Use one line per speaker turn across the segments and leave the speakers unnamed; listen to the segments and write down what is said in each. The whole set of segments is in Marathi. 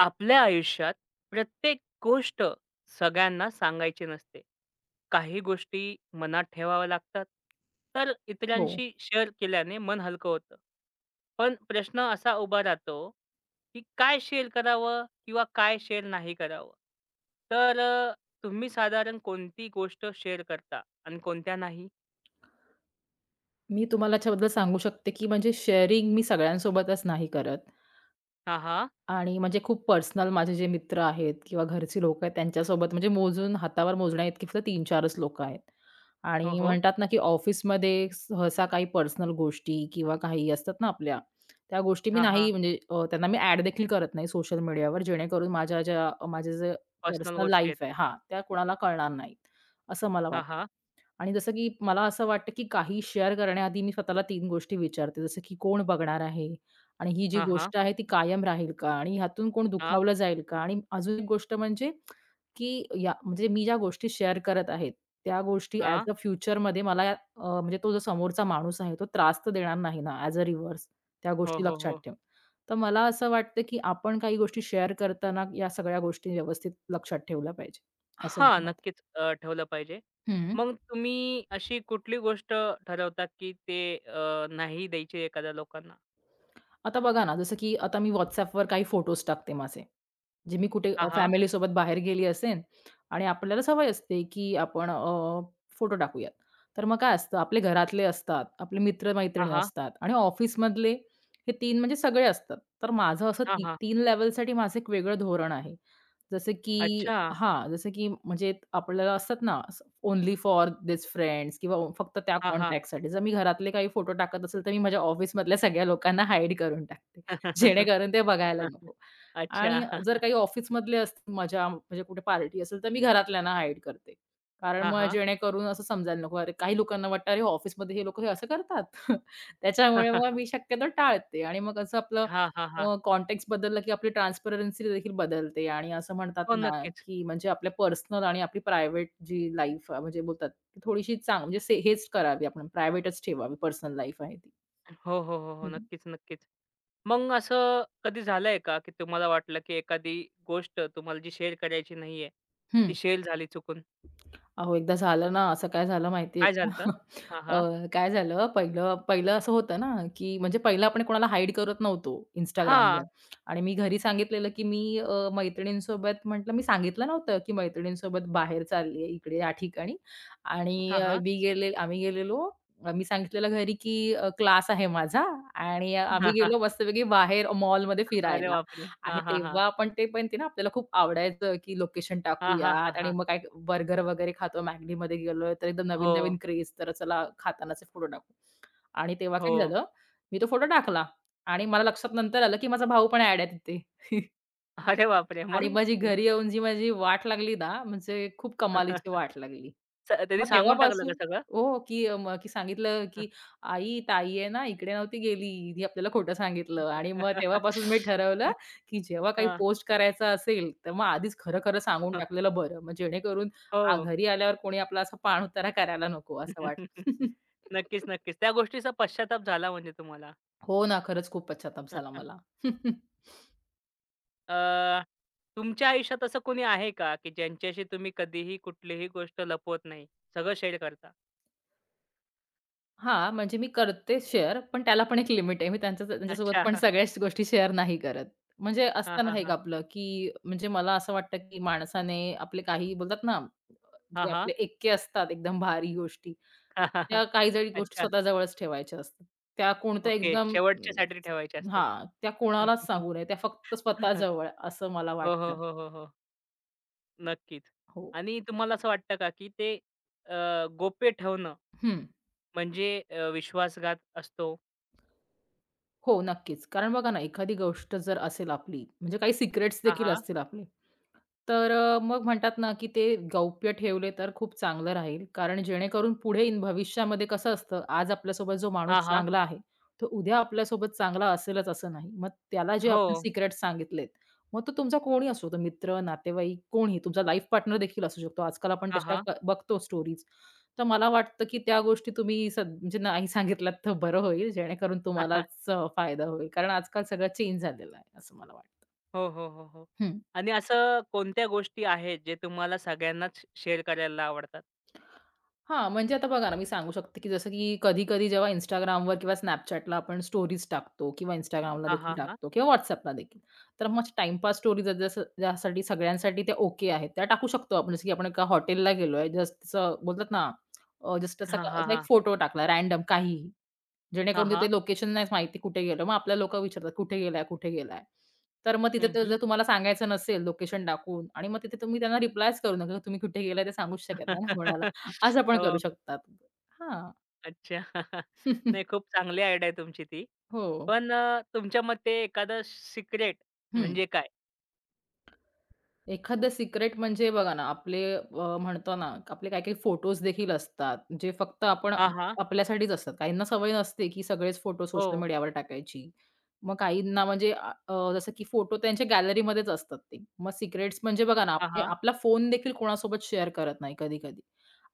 आपल्या आयुष्यात प्रत्येक गोष्ट सगळ्यांना सांगायची नसते. काही गोष्टी मनात ठेवाव्या लागतात, तर
हो.
इतरांशी शेअर केल्याने मन हलकं होतं. पण प्रश्न असा उभा राहतो, की काय शेअर करावं किंवा काय शेअर नाही करावं? तर तुम्ही साधारण कोणती गोष्ट शेअर करता आणि कोणत्या नाही?
मी तुम्हाला याच्याबद्दल सांगू शकते, की म्हणजे शेअरिंग मी सगळ्यांसोबतच नाही करत
हां, हां.
आणि म्हणजे खूप पर्सनल माझे जे मित्र आहेत किंवा घरची लोकं आहेत त्यांच्यासोबत म्हणजे मोजून हातावर मोजण्याइतकी फक्त 3-4च लोकं आहेत.
हो,
आणि
हो.
म्हणतात ना, की ऑफिसमध्ये सहसा काही पर्सनल गोष्टी किंवा काही असतात ना आपल्या, त्या गोष्टी मी
हां,
नाही
हां.
म्हणजे त्यांना मी ॲड देखील करत नाही सोशल मीडियावर जेणेकरून माझ्या ज्या माझे जे
पर्सनल
पर्सनल
गोष्टी आहेत.
लाईफ आहे हां, त्या कोणाला कळणार नाहीत, असं मला
हां,
वाटतं.
हां.
आणि जसं की मला असं वाटतं, की काही शेअर करण्याआधी मी स्वतःला 3 गोष्टी विचारते. जसं की कोण बघणार आहे? आणि ही जी
हां, हां.
गोष्ट आहे ती कायम राहील का? आणि ह्यातून कोण
हां,
दुखावलं जाईल का? आणि अजून एक गोष्ट म्हणजे, की या म्हणजे मी ज्या गोष्टी शेअर करत आहेत, त्या गोष्टी
हां.
ॲज अ फ्युचरमध्ये मला म्हणजे तो जो समोरचा माणूस आहे, तो त्रास तर देणार नाही ना ॲज अ रिव्हर्स. त्या
हो,
गोष्टी
हो,
लक्षात
हो.
ठेवून. तर मला असं वाटतं, की आपण काही गोष्टी शेअर करताना या सगळ्या गोष्टी व्यवस्थित लक्षात ठेवल्या पाहिजे. असं
हां,
मला वाटतं.
नक्कीच अ, ठेवलं पाहिजे. मग तुम्ही अशी कुठली गोष्ट ठरवता, की ते अ, नाही द्यायची एखाद्या लोकांना?
आता बघा ना, जसं की आता मी WhatsAppवर काही फोटोज टाकते माझे. जे मी कुठे
हां, हां.
फॅमिलीसोबत बाहेर गेली असेन आणि आपल्याला सवय असते, की आपण फोटो टाकूयात. तर मग काय असतं, आपले घरातले असतात, आपले
हां,
मित्र-मैत्रिणी
हां.
असतात आणि ऑफिसमधले हे 3 म्हणजे सगळे असतात. तर माझं असं
हां,
ती
हां.
3 लेव्हलसाठी माझं एक वेगळं धोरण आहे. जसं की
अच्छा.
हां, जसं की म्हणजे आपल्याला असतात ना, ओन्ली फॉर दिस फ्रेंड्स किंवा फक्त त्या
हां, हां.
कॉन्टॅक्टसाठी. जर मी घरातले काही फोटो टाकत असेल, तर मी माझ्या ऑफिसमधल्या सगळ्या लोकांना हाईड करून टाकते, जेणेकरून ते बघायला नको. आणि
अच्छा.
जर काही ऑफिसमधले असतील मजा म्हणजे कुठे पार्टी असेल, तर मी घरातल्यांना हाईड करते. कारण
हां,
मग
हां.
जेणेकरून असं समजायला नको. अरे, काही लोकांना वाटतं, "अरे, ऑफिसमध्ये हे लोकं हे असं करतात." त्याच्यामुळे मग मी शक्यतो टाळते आणि मग असं आपलं
हां, हां, हां.
कॉन्टेक्स्ट बदलला, की आपली ट्रान्सपरन्सी देखील बदलते आणि असं म्हणतात
हो,
ना,
नक्कीच.
की म्हणजे आपल्या पर्सनल आणि आपली प्रायव्हेट जी लाईफ म्हणजे बोलतात, ती थोडीशी म्हणजे से हेच करावी आपण प्रायव्हेटच ठेवावी पर्सनल लाईफ आहे ती.
हो, हो, हो, हो.
हं.
नक्कीच, नक्कीच. मग असं कधी झालंय का, की तुम्हाला वाटलं, की एखादी गोष्ट तुम्हाला जी शेअर करायची नाहीये, ती
हं.
शेअर झाली चुकून?
अहो, एकदा झालं ना, असं काय झालं माहिती आहे
काय
का?
झालं होतं? हां, हां.
काय झालं पहिलं पहिलं असं होतं ना, की म्हणजे पहिलं आपण कोणाला हाईड करत नव्हतो Instagramवर
हां.
आणि मी घरी सांगितलेलं, की मी मैत्रिणींसोबत म्हटलं मी सांगितलं नव्हतं, की मैत्रिणींसोबत बाहेर चालली आहे इकडे या ठिकाणी आणि
हां,
मी गेले आम्ही गेलेलो मी सांगितलेलं घरी, की क्लास आहे माझा आणि आम्ही गेलो मस्तपैकी बाहेर मॉलमध्ये
अरे
फिरायला.
बापरे!
आणि
हां, हां, हां.
तेव्हा आपण ते पण ते ना आपल्याला खूप आवडायचं, की लोकेशन
हां, हां, हां,
टाकूयात आणि
हां.
मग काय बर्गर वगैरे खातो मॅगनीमध्ये गेलोय तर एकदम
हो,
नवीन-नवीन क्रेज तर चला खातानाचे फोटो टाकू. आणि तेव्हा
हो.
काय झालं, मी तो फोटो टाकला आणि मला लक्षात नंतर आलं, की माझा भाऊ पण ॲड आहे तिथे.
अरे बापरे!
आणि
मग?
माझी घरी येऊन जी माझी वाट लागली ना, म्हणजे खूप कमालीची वाट लागली.
स त्यांनी
मग
सांगून टाकलं का
तेव्हापासून
सगळं?
हो, की मग की सांगितलं, की "आई, ताई आहे ना, इकडे नव्हती गेली. ही आपल्याला खोटं सांगितलं." आणि मग तेव्हापासून मी ठरवलं, की जेव्हा काही
हां.
पोस्ट करायचं असेल, तर मग आधीच खरं-खरं सांगून टाकलेलं बरं. मग जेणेकरून
हो.
घरी आल्यावर कोणी आपला असा पाणउतारा करायला नको असं वाटतं.
नक्कीच, नक्कीच. त्या गोष्टीचा पश्चाताप झाला म्हणजे तुम्हाला.
हो ना, खरंच खूप पश्चाताप झाला मला.
अ, तुमच्या आयुष्यात असं कोणी आहे का, की ज्यांच्याशी तुम्ही कधीही कुठलीही गोष्ट लपवत नाही? सगळं शेअर करता?
हां, म्हणजे मी करते शेअर, पण त्याला पण एक लिमिट आहे. मी त्यांच्यासोबत पण
अच्छा.
सगळ्याच गोष्टी शेअर नाही करत. म्हणजे
हां,
असतं
हां,
ना एक
हां.
आपलं, की म्हणजे मला असं वाटतं, की माणसाने आपले काही बोलतात ना,
हां,
जे
हां.
आपले एक्के असतात एकदम भारी गोष्टी, त्या काही जरी गोष्टी
अच्छा.
स्वतःजवळच ठेवायच्या असतात. त्या कोणत्या
ओके.
एकदम
शेवटच्यासाठी ठेवायचे असतात.
हां, त्या कोणालाच सांगू नये. त्या फक्त स्वतःजवळ असं मला
हो, हो,
वाटतं.
हो, हो, हो. नक्कीच.
हो.
आणि तुम्हाला असं वाटतं का, की ते अ, गोप्य ठेवणं
हं.
म्हणजे विश्वासघात असतो?
हो, नक्कीच. कारण बघा ना, एखादी गोष्ट जर असेल आपली, म्हणजे काही सिक्रेट्स
हां,
देखील
हां.
असतील आपले. तर मग म्हणतात ना, की ते गौप्य ठेवले तर खूप चांगलं राहील. कारण जेणेकरून पुढे इन भविष्यामध्ये कसं असतं, आज आपल्यासोबत जो माणूस
हां, हां.
चांगला आहे, तो उद्या आपल्यासोबत चांगला असेलच असं नाही. मग त्याला जे
हो.
आपण सिक्रेट सांगितलेत, मग तो तुमचा कोणी असो, तो मित्र, नातेवाईक कोणीही, तुमचा लाईफ पार्टनर देखील असू शकतो. आजकाल आपण
हां,
तशा
हां.
क बघतो स्टोरीज. तर मला वाटतं, की त्या गोष्टी तुम्ही म्हणजे नाही सांगितलात तर बरं होईल, जेणेकरून तुम्हालाच फायदा होईल. कारण आजकाल सगळं चेंज झालेलं आहे, असं मला वाटतं.
हो, हो, हो, हो. आणि असं कोणत्या गोष्टी आहेत, जे तुम्हाला सगळ्यांनाच शेअर करायला आवडतात?
हां, म्हणजे आता बघा ना, मी सांगू शकते, की जसं की कधी-कधी जेव्हा Instagramवर किंवा Snapchatला आपण स्टोरीज टाकतो किंवा Instagramला
हां,
देखील
हां, हां.
टाकतो किंवा WhatsAppला देखील. तर मग टाईमपास स्टोरीज जसं ज्यासाठी सगळ्यांसाठी त्या ओके आहेत, त्या टाकू शकतो आपण. जसं की आपण एका हॉटेलला गेलोय, जस्ट बोलतात ना, जस्ट असा
हां, हां,
असा एक
हां.
फोटो टाकला रँडम काहीही.
हां,
जेणेकरून
हां.
तिथे लोकेशन नाहीच माहिती कुठे गेलं. मग आपल्याला लोकं विचारतात, "कुठे गेलाय? कुठे गेलाय?" तर मग तिथे
हं,
तर
हं.
जर तुम्हाला सांगायचं नसेल लोकेशन टाकून आणि मग तिथे तुम्ही त्यांना रिप्लायच करू नका. तुम्ही कुठे गेलाय ते सांगूच शकत नाही ना कोणाला. असं पण करू
हो.
शकतात. हां.
अच्छा. नाही खूप चांगली आयडिया आहे तुमची ती.
हो.
पण तुमच्या मते एखादं सिक्रेट
हं.
म्हणजे काय?
एखादं सिक्रेट म्हणजे बघा ना, आपले म्हणतो ना, आपले काही-काही फोटोज देखील असतात, जे फक्त आपण
हां, हां.
आपल्यासाठीच असतात. काहींना सवय नसते, की सगळेच फोटो
हो.
सोशल मीडियावर टाकायची. मग काहींना म्हणजे अ, अ, जसं की फोटो त्यांच्या गॅलरीमध्येच असतात ते. मग सिक्रेट्स म्हणजे बघा ना,
हां,
आपले
हां.
आपला फोन देखील कोणासोबत शेअर करत नाही कधी-कधी.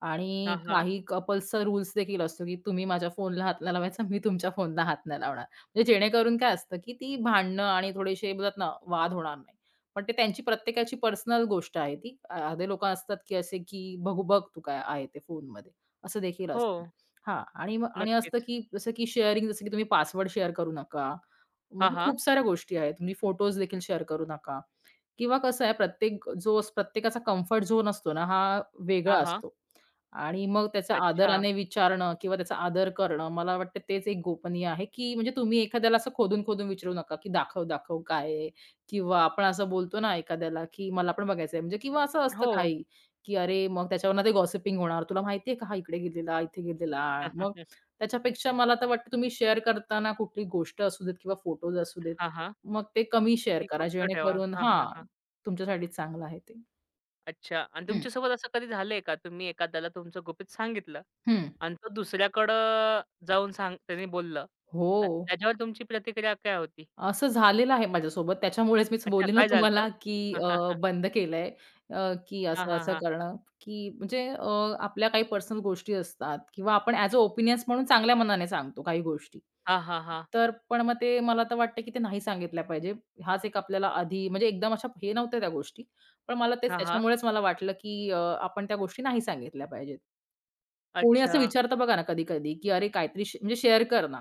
आणि
हां, हां.
काही कपल्सचा रूल्स देखील असतो, की तुम्ही माझ्या फोनला हात नाही लावायचा, मी तुमच्या फोनला हात नाही लावणार. म्हणजे जेणेकरून काय असतं, की ती भांडणं आणि थोडेसे बोलतात ना, वाद होणार नाही. पण ते त्यांची प्रत्येकाची पर्सनल गोष्ट आहे ती. अर्धे लोकं असतात, की असे की "बघू बघ तू काय आहे ते फोनमध्ये." असं देखील
हो,
असतं. हां आणि मग आणि असतं,
नक्कीच.
की जसं की शेअरिंग जसं की तुम्ही पासवर्ड शेअर करू नका.
हा
म्हणजे
हा
खूप साऱ्या गोष्टी आहेत. तुम्ही फोटोज देखील शेअर करू नका किंवा कसं आहे प्रत्येक जो प्रत्येकाचा कम्फर्ट झोन असतो ना, हा
हा
वेगळा
हां.
असतो. आणि मग त्याचा
अच्छा.
आदराने विचारणं किंवा त्याचा आदर करणं, मला वाटतं तेच एक गोपनीय आहे, की म्हणजे तुम्ही एखाद्याला असं खोदून-खोदून विचारू नका, की दाखव, दाखव काय आहे? किंवा आपण असं बोलतो ना एखाद्याला, की मला पण बघायचं आहे म्हणजे किंवा असं असतं
हो.
काही, की अरे मग त्याच्यावरनं ते गॉसिपिंग होणार. तुला माहिती आहे का हा इकडे गेलेला, इथे गेलेला? मग त्याच्यापेक्षा मला तर वाटतं तुम्ही शेअर करताना कुठली गोष्ट असू देत किंवा फोटोज असू देत,
हां, हां.
मग ते कमी शेअर
ती
करा
गुप्त ठेवा.
जेणेकरून
हां, हां,
हां,
हां.
तुमच्यासाठी चांगलं आहे ते.
अच्छा आणि
हं,
तुमच्यासोबत असं कधी झालंय का? तुम्ही एखाद्याला तुमचं गुपित सांगितलं
हं.
आणि तो दुसऱ्याकडं जाऊन सांग त्याने बोललं.
हो.
त्याच्यावर तुमची प्रतिक्रिया काय होती?
असं झालेलं आहे माझ्यासोबत. त्याच्यामुळेच मीच
अच्छा,
बोलले ना
काय झालं होतं?
तुम्हाला, की बंद केलंय की
हां, हां,
असं-असं
हां.
करणं, की म्हणजे आपल्या काही पर्सनल गोष्टी असतात किंवा आपण ॲज अ ओपिनियन्स म्हणून चांगल्या मनाने सांगतो काही गोष्टी.
हां, हां, हां.
तर पण मग ते मला तर वाटतं, की ते नाही सांगितल्या पाहिजे. हाच एक आपल्याला आधी म्हणजे एकदम अशा हे नव्हत्या त्या गोष्टी. पण मला तेच
हां, हां.
त्याच्यामुळेच मला वाटलं, की आपण त्या गोष्टी नाही सांगितल्या पाहिजेत. कोणी
अच्छा.
असं विचारतं बघा ना कधी-कधी, की "अरे काहीतरी म्हणजे शेअर कर ना."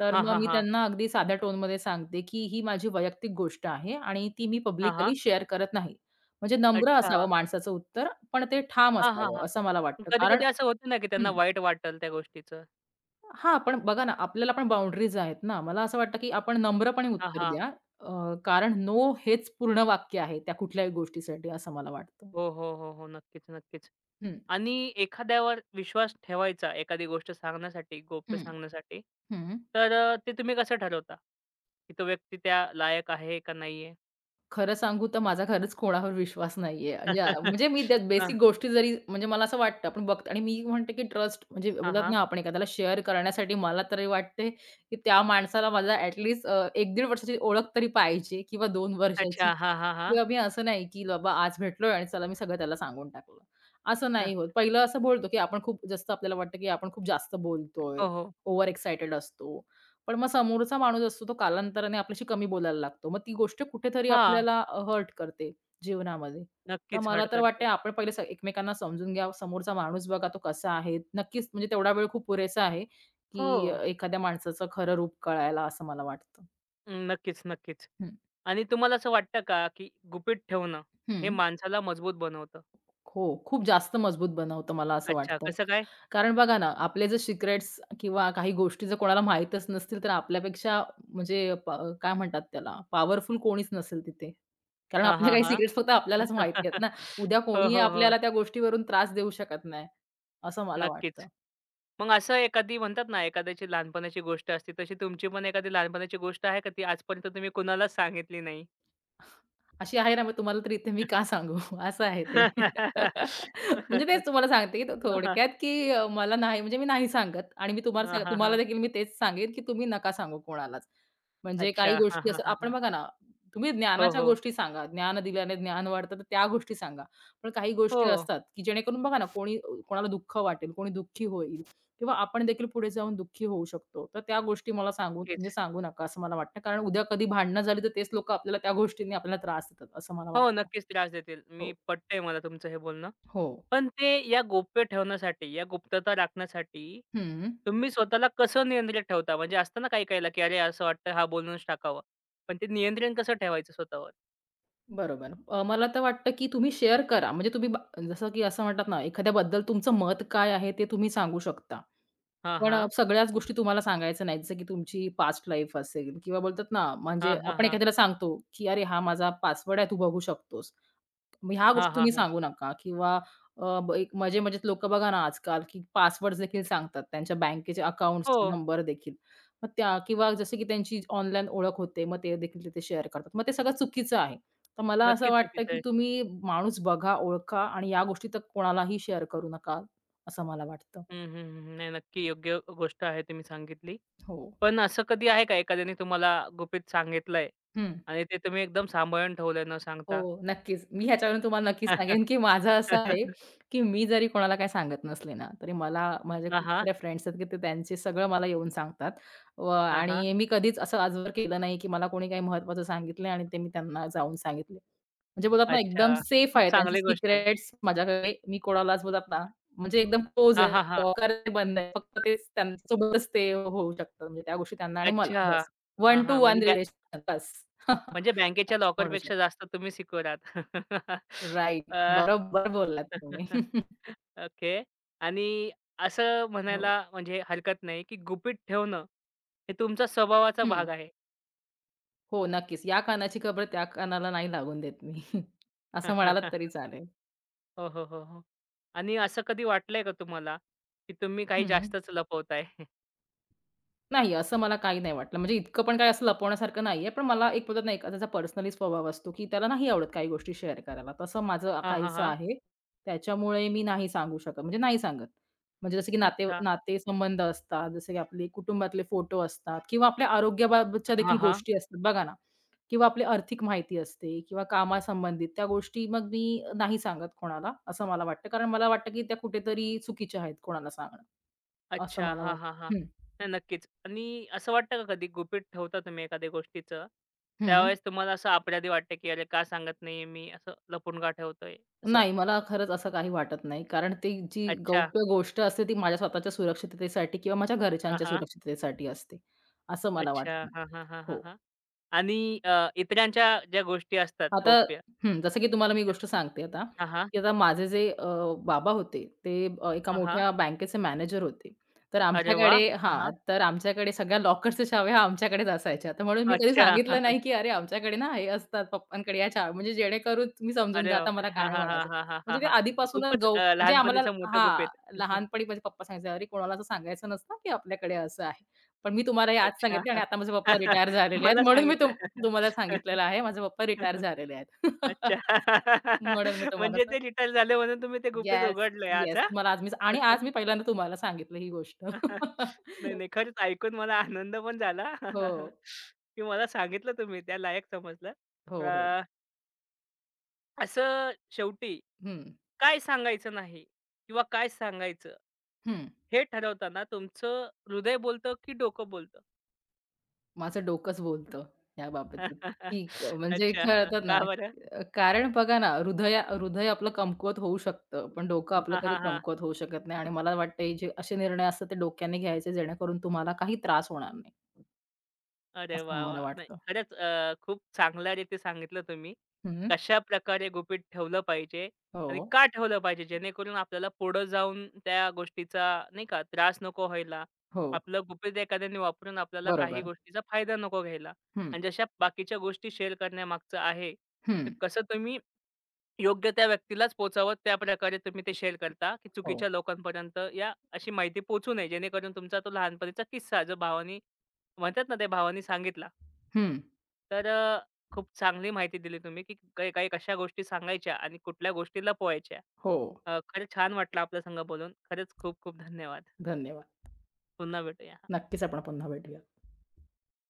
तर
हां,
मग
हां,
मी
हां.
त्यांना अगदी साध्या टोनमध्ये सांगते, की "ही माझी वैयक्तिक गोष्ट आहे आणि ती मी
हां, हां.
पब्लिकली शेअर करत नाही." म्हणजे नम्र
अच्छा.
असावं माणसाचं उत्तर, पण ते ठाम
हां, हां,
असावं
हां.
असं मला वाटतं. कारण
कधी-कधी असं होतं ना, की त्यांना
हं.
वाईट वाटेल त्या गोष्टीचं.
हां, पण बघा ना आपल्याला पण बाउंडरीज आहेत ना. मला असं वाटतं, की आपण नम्रपणे
हां,
उत्तर
हां.
द्या. कारण "नो" हेच पूर्ण वाक्य आहे त्या कुठल्याही गोष्टीसाठी असं मला वाटतं.
हो, हो, हो, हो. नक्कीच, नक्कीच.
हं,
आणि एखाद्यावर विश्वास ठेवायचा, एखादी गोष्ट सांगण्यासाठी, गोप्य
हं,
सांगण्यासाठी,
हं.
तर अ, ते तुम्ही कसं ठरवता? की तो व्यक्ती त्या लायक आहे का नाहीये?
खरं सांगू तर माझा खरंच कोणावर विश्वास नाहीये. म्हणजे म्हणजे मी त्या
हां,
बेसिक गोष्टी जरी म्हणजे मला असं वाटतं आपण बघतो आणि मी म्हणते की ट्रस्ट म्हणजे
हां,
बोलतात
हां.
ना आपण एखाद्याला शेअर करण्यासाठी मला तरी वाटते की त्या माणसाला माझा ॲट लीस्ट 1-1.5 वर्षाची ओळख तरी पाहिजे किंवा 2 वर्षाची
अच्छा. हां, हां, हां.
किंवा मी असं नाही की बाबा आज भेटलोय आणि चला मी सगळं त्याला सांगून टाकलं. असं
हं.
नाही होत. पहिलं असं बोलतो की आपण खूप जास्त आपल्याला वाटतं की आपण खूप जास्त बोलतोय,
हो, हो.
ओव्हर एक्साइटेड असतो पण मग समोरचा माणूस असतो तो कालांतराने आपल्याशी कमी बोलायला लागतो. मग ती गोष्ट कुठेतरी
हां.
आपल्याला हर्ट करते जीवनामध्ये. तर
नक्कीच
मला
हर्ट
तर
करते.
वाटतंय आपण पहिले एकमेकांना समजून घ्या. समोरचा माणूस बघा तो कसा आहे. नक्कीच म्हणजे तेवढा वेळ खूप पुरेसा आहे,
हो.
की एखाद्या माणसाचं खरं रूप कळायला असं मला वाटतं.
हम्म, नक्कीच, नक्कीच.
हं,
आणि तुम्हाला असं वाटतं का, की गुपित ठेवणं हे
हं.
माणसाला मजबूत बनवतं?
हो, खूप जास्त मजबूत बनवतं मला असं
अच्छा.
वाटतं.
कसं काय?
कारण बघा ना, आपले जर सिक्रेट्स किंवा काही गोष्टी जर कोणाला माहीतच नसतील, तर आपल्यापेक्षा म्हणजे काय म्हणतात त्याला, पॉवरफुल कोणीच नसेल तिथे. कारण
हां,
आपले
हां,
काही
हां.
सिक्रेट्स फक्त आपल्यालाच माहिती आहेत ना. उद्या
हो,
कोणीही
हो, हो.
आपल्याला त्या गोष्टीवरून त्रास देऊ शकत नाही, असं मला वाटतं.
नक्कीच. मग असं एखादी म्हणतात ना, एखाद्याची लहानपणाची गोष्ट असते, तशी तुमची पण एखादी लहानपणाची गोष्ट आहे का ती आजपर्यंत तुम्ही कुणालाच सांगितली नाही?
अशी आहे ना, मग तुम्हाला तर इथे मी का सांगू? असं आहे ते. म्हणजे तेच तुम्हाला सांगते, की
हां, हां.
थोडक्यात, की मला नाही म्हणजे मी नाही सांगत आणि मी तुम्हाला
हां,
तुम्हाला
हां,
देखील मी तेच सांगेन, की तुम्ही नका सांगू कोणालाच. म्हणजे
अच्छा.
काही
हां,
गोष्टी
हां,
असं
हां,
आपण
हां.
बघा ना, तुम्ही
हो,
ज्ञानाच्या
हो.
गोष्टी सांगा. ज्ञान दिल्याने ज्ञान वाढतं, तर त्या गोष्टी सांगा. पण काही
हो.
गोष्टी असतात, की जेणेकरून बघा ना, कोणी कोणाला दुःख वाटेल, कोणी दुःखी होईल. किंवा आपण देखील पुढे जाऊन दुःखी होऊ शकतो. तर त्या गोष्टी मला
नक्कीच.
सांगू नका असं मला वाटतं. कारण उद्या कधी भांडणं झाली तर तेच लोकं त्या गोष्टींनी आपल्याला त्रास देतात असं मला
हो,
वाटतं.
नक्कीच त्रास देतील.
हो,
मी पटतंय मला तुमचं हे बोलणं.
हो.
पण ते या गोप्य ठेवण्यासाठी, या गुप्तता राखण्यासाठी
हं.
तुम्ही स्वतःला कसं नियंत्रित ठेवता? म्हणजे असतं ना काही-काहीला, की "अरे, असं वाटतं हा बोलूनच टाकावा." पण ते नियंत्रण कसं ठेवायचं स्वतःवर?
बरोबर. मला तर वाटतं, की तुम्ही शेअर करा. म्हणजे तुम्ही बा जसं की असं म्हणतात ना, एखाद्याबद्दल तुमचं मत काय आहे ते तुम्ही सांगू शकता.
हां,
पण
हां.
सगळ्याच गोष्टी तुम्हाला सांगायचं नाहीत. जसं की तुमची पास्ट लाईफ असेल किंवा बोलतात ना, म्हणजे
हां, हां,
आपण
हां.
एखाद्याला सांगतो, की "अरे, हा माझा पासवर्ड आहे, तू बघू शकतोस." मग ह्या
हां,
गोष्टी
हां,
तुम्ही
हां.
सांगू नका किंवा अ, ब एक मजे-मजेत लोकं बघा ना आजकाल, की पासवर्ड देखील सांगतात त्यांच्या बँकेचे
हो,
अकाउंट्सचे नंबर देखील. मग त्या किंवा जसं की त्यांची ऑनलाईन ओळख होते, मग ते देखील तिथे शेअर करतात. मग ते सगळं चुकीचं आहे. तर मला असं
नक्कीच
वाटतं,
चुकीचं
की
आहे.
तुम्ही माणूस बघा, ओळखा आणि या गोष्टी तर कोणालाही शेअर करू नका, असं मला वाटतं.
हं, हं, हं. नाही, नक्की योग्य गोष्ट आहे तुम्ही सांगितली.
हो.
पण असं कधी आहे का एखाद्याने तुम्हाला गुपित सांगितलंय
हं.
आणि ते तुम्ही एकदम सांभाळून ठेवलंय न सांगता?
हो, नक्कीच. मी ह्याच्यावरून तुम्हाला नक्कीच सांगेन, की माझं असं आहे, की मी जरी कोणाला काही सांगत नसले ना, तरी मला माझे
हां,
खूप
हां.
सारे फ्रेंड्स आहेत, की ते त्यांचे सगळं मला येऊन सांगतात. व
हां, हां.
आणि मी कधीच असं आजवर केलं नाही, की मला कोणी काही महत्त्वाचं सांगितलंय आणि ते मी त्यांना जाऊन सांगितले. म्हणजे बोलतात ना, एकदम
अच्छा.
सेफ
खूप
आहे त्यांचे
चांगली गोष्ट आहे.
सिक्रेट्स माझ्याकडे. मी कोणालाच बोलतात ना, म्हणजे एकदम क्लोज
हां,
आहे,
हां, हां.
सहकार्य बंद आहे. फक्त तेच त्यांच्यासोबतच ते होऊ शकतं. म्हणजे त्या गोष्टी त्यांना आणि मला
अच्छा.
बस.
हां,
वन टू
हां.
वन
म्हणजे बॅ
रिलेशन बस.
म्हणजे बँकेच्या
असं म्हणू
लॉकरपेक्षा
शकतो.
जास्त तुम्ही सिक्युअर आहात.
राइट.
अ
बरोबर बोललात तुम्ही.
ओके. आणि असं
हो.
म्हणायला म्हणजे हरकत नाही, की गुपित ठेवणं हे तुमचा स्वभावाचा
हं.
भाग आहे.
हो, नक्कीच. या कानाची खबर त्या कानाला नाही लागून देत मी. असं म्हणालात तरी चालेल.
हो, हो, हो, हो. आणि असं कधी वाटलंय का तुम्हाला, की तुम्ही काही
हं.
जास्तच लपवताय?
नाही, असं मला काही नाही वाटलं. म्हणजे इतकं पण काही असं लपवण्यासारखं नाहीये. पण मला एक बोलतात ना, एखाद्याचा पर्सनली स्वभाव असतो, की त्याला नाही आवडत काही गोष्टी शेअर करायला. तसं माझं
हां, हां,
काहीसं
हां.
आहे. त्याच्यामुळे मी नाही सांगू शकत, म्हणजे नाही सांगत. म्हणजे जसं की नाते
अच्छा.
नातेसंबंध असतात, जसं की आपले कुटुंबातले फोटो असतात किंवा आपल्या आरोग्याबाबतच्या देखील
हां, हां.
गोष्टी असतात बघा ना किंवा आपली आर्थिक माहिती असते किंवा कामासंबंधित त्या गोष्टी मग मी नाही सांगत कोणाला, असं मला वाटतं. कारण मला वाटतं, की त्या कुठेतरी चुकीच्या आहेत कोणाला सांगणं, असं
अच्छा.
मला
हां, हां, हां.
वाटतं.
नाही नक्कीच. आणि असं वाटतं का कधी गुपित ठेवता तुम्ही एखाद्या गोष्टीचं,
हं, हं.
त्यावेळेस तुम्हाला असं अपराधी वाटतं, की "अरे का सांगत नाहीये मी? असं लपून का ठेवतोय?" असं.
नाही, मला खरंच असं काही वाटत नाही. कारण ती जी
अच्छा.
गौप्य गोष्ट असते ती माझ्या स्वतःच्या सुरक्षिततेसाठी किंवा माझ्या
हां,
घरच्यांच्या
हां.
सुरक्षिततेसाठी असते, असं मला
अच्छा.
वाटतं.
हां, हां, हां, हां,
हो.
हां. आणि इतरांच्या ज्या गोष्टी असतात
आता
गौप्य
हं, जसं की तुम्हाला मी गोष्ट सांगते आता,
हां, हां.
की आता माझे जे बाबा होते ते एका
हां, हां.
मोठ्या बँकेचे मॅनेजर होते.
अरे वाह! हां, हां.
तर आमच्याकडे सगळ्या लॉकर्सच्या चाव्या आमच्याकडेच असायच्या. तर म्हणून मी कधी
अच्छा.
सांगितलं नाही, की "अरे, आमच्याकडे ना हे असतात पप्पांकडे या चाव्या." म्हणजे जेणेकरून तुम्ही समजून
अरे
जा मला
बापरे! हां,
काय
हां, हां,
म्हणायचं.
हां, हां, हां,
म्हणजे ते
हां.
आधीपासूनच
खूपच
गौ
अ,
म्हणजे आम्हाला
लहानपणीचं मोठं गुपित.
हां, लहानपणी म्हणजे पप्पा सांगायचे, "अरे, कोणाला असं सांगायचं नसतं, की आपल्याकडे असं आहे." पण मी तुम्हाला हे आज
अच्छा.
सांगितले आणि आता माझे पप्पा रिटायर झालेले आहेत.
मला
म्हणून मी
सांगितलं.
तुम तुम्हाला सांगितलेलं आहे. माझे पप्पा रिटायर झालेले आहेत.
अच्छा.
म्हणून मी तुम्हाला
म्हणजे
असं
ते रिटायर झाले म्हणून तुम्ही ते गुपित
येस,
उघडलंय आज
येस. मला आज मी आणि आज मी
हां?
पहिल्यांदा तुम्हाला सांगितलं ही गोष्ट.
नाही, नाही. खरंच ऐकून मला आनंद पण झाला
हो,
की मला सांगितलं तुम्ही त्या लायक समजलं.
हो, हो.
अ, असं शेवटी
हं,
काय सांगायचं नाही किंवा काय सांगायचं
हं.
हे ठरवताना तुमचं हृदय बोलतं की डोकं बोलतं?
माझं डोकंच बोलतं या बाबतीत, की म्हणजे
अच्छा.
कळतात ना,
का बरं?
कारण बघा ना, हृदय हृदय आपलं कमकुवत होऊ शकतं, पण डोकं आपलं
हां,
कधी
हां, हां.
कमकुवत होऊ शकत नाही आणि मला वाटतं हे जे असे निर्णय असतात ते डोक्याने घ्यायचे जेणेकरून तुम्हाला काही त्रास होणार नाही.
अरे
असं
वाह!
मला
वाह! नाही
वाटतं.
खरंच अ, खूप चांगल्यारीती सांगितलं तुम्ही.
हं.
कशाप्रकारे गुपित ठेवलं पाहिजे
हो,
आणि का ठेवलं पाहिजे जेणेकरून आपल्याला पुढं जाऊन त्या गोष्टीचा नाही का त्रास नको व्हायला.
हो.
आपलं गुपित एखाद्याने वापरून आपल्याला काही
बरोबर.
गोष्टीचा फायदा नको घ्यायला
हं,
आणि जशा बाकीच्या गोष्टी शेअर करण्यामागचं आहे, तर
हं.
कसं तुम्ही योग्य त्या व्यक्तीलाच पोहोचावं त्याप्रकारे तुम्ही ते शेअर करता, की
हो.
चुकीच्या लोकांपर्यंत या अशी माहिती पोहोचू नये जेणेकरून तुमचा तो लहानपणीचा किस्सा जो भावानी म्हणतात ना, त्या भावाने सांगितला.
हं.
तर खूप चांगली माहिती दिली तुम्ही, की काही काही कशा गोष्टी सांगायच्या आणि कुठल्या गोष्टी लपवायच्या.
हो.
खरंच छान वाटलं आपल्या संग बोलून. खरंच खूप खूप धन्यवाद.
धन्यवाद.
पुन्हा भेटूया.
नक्कीच आपण पुन्हा भेटूया.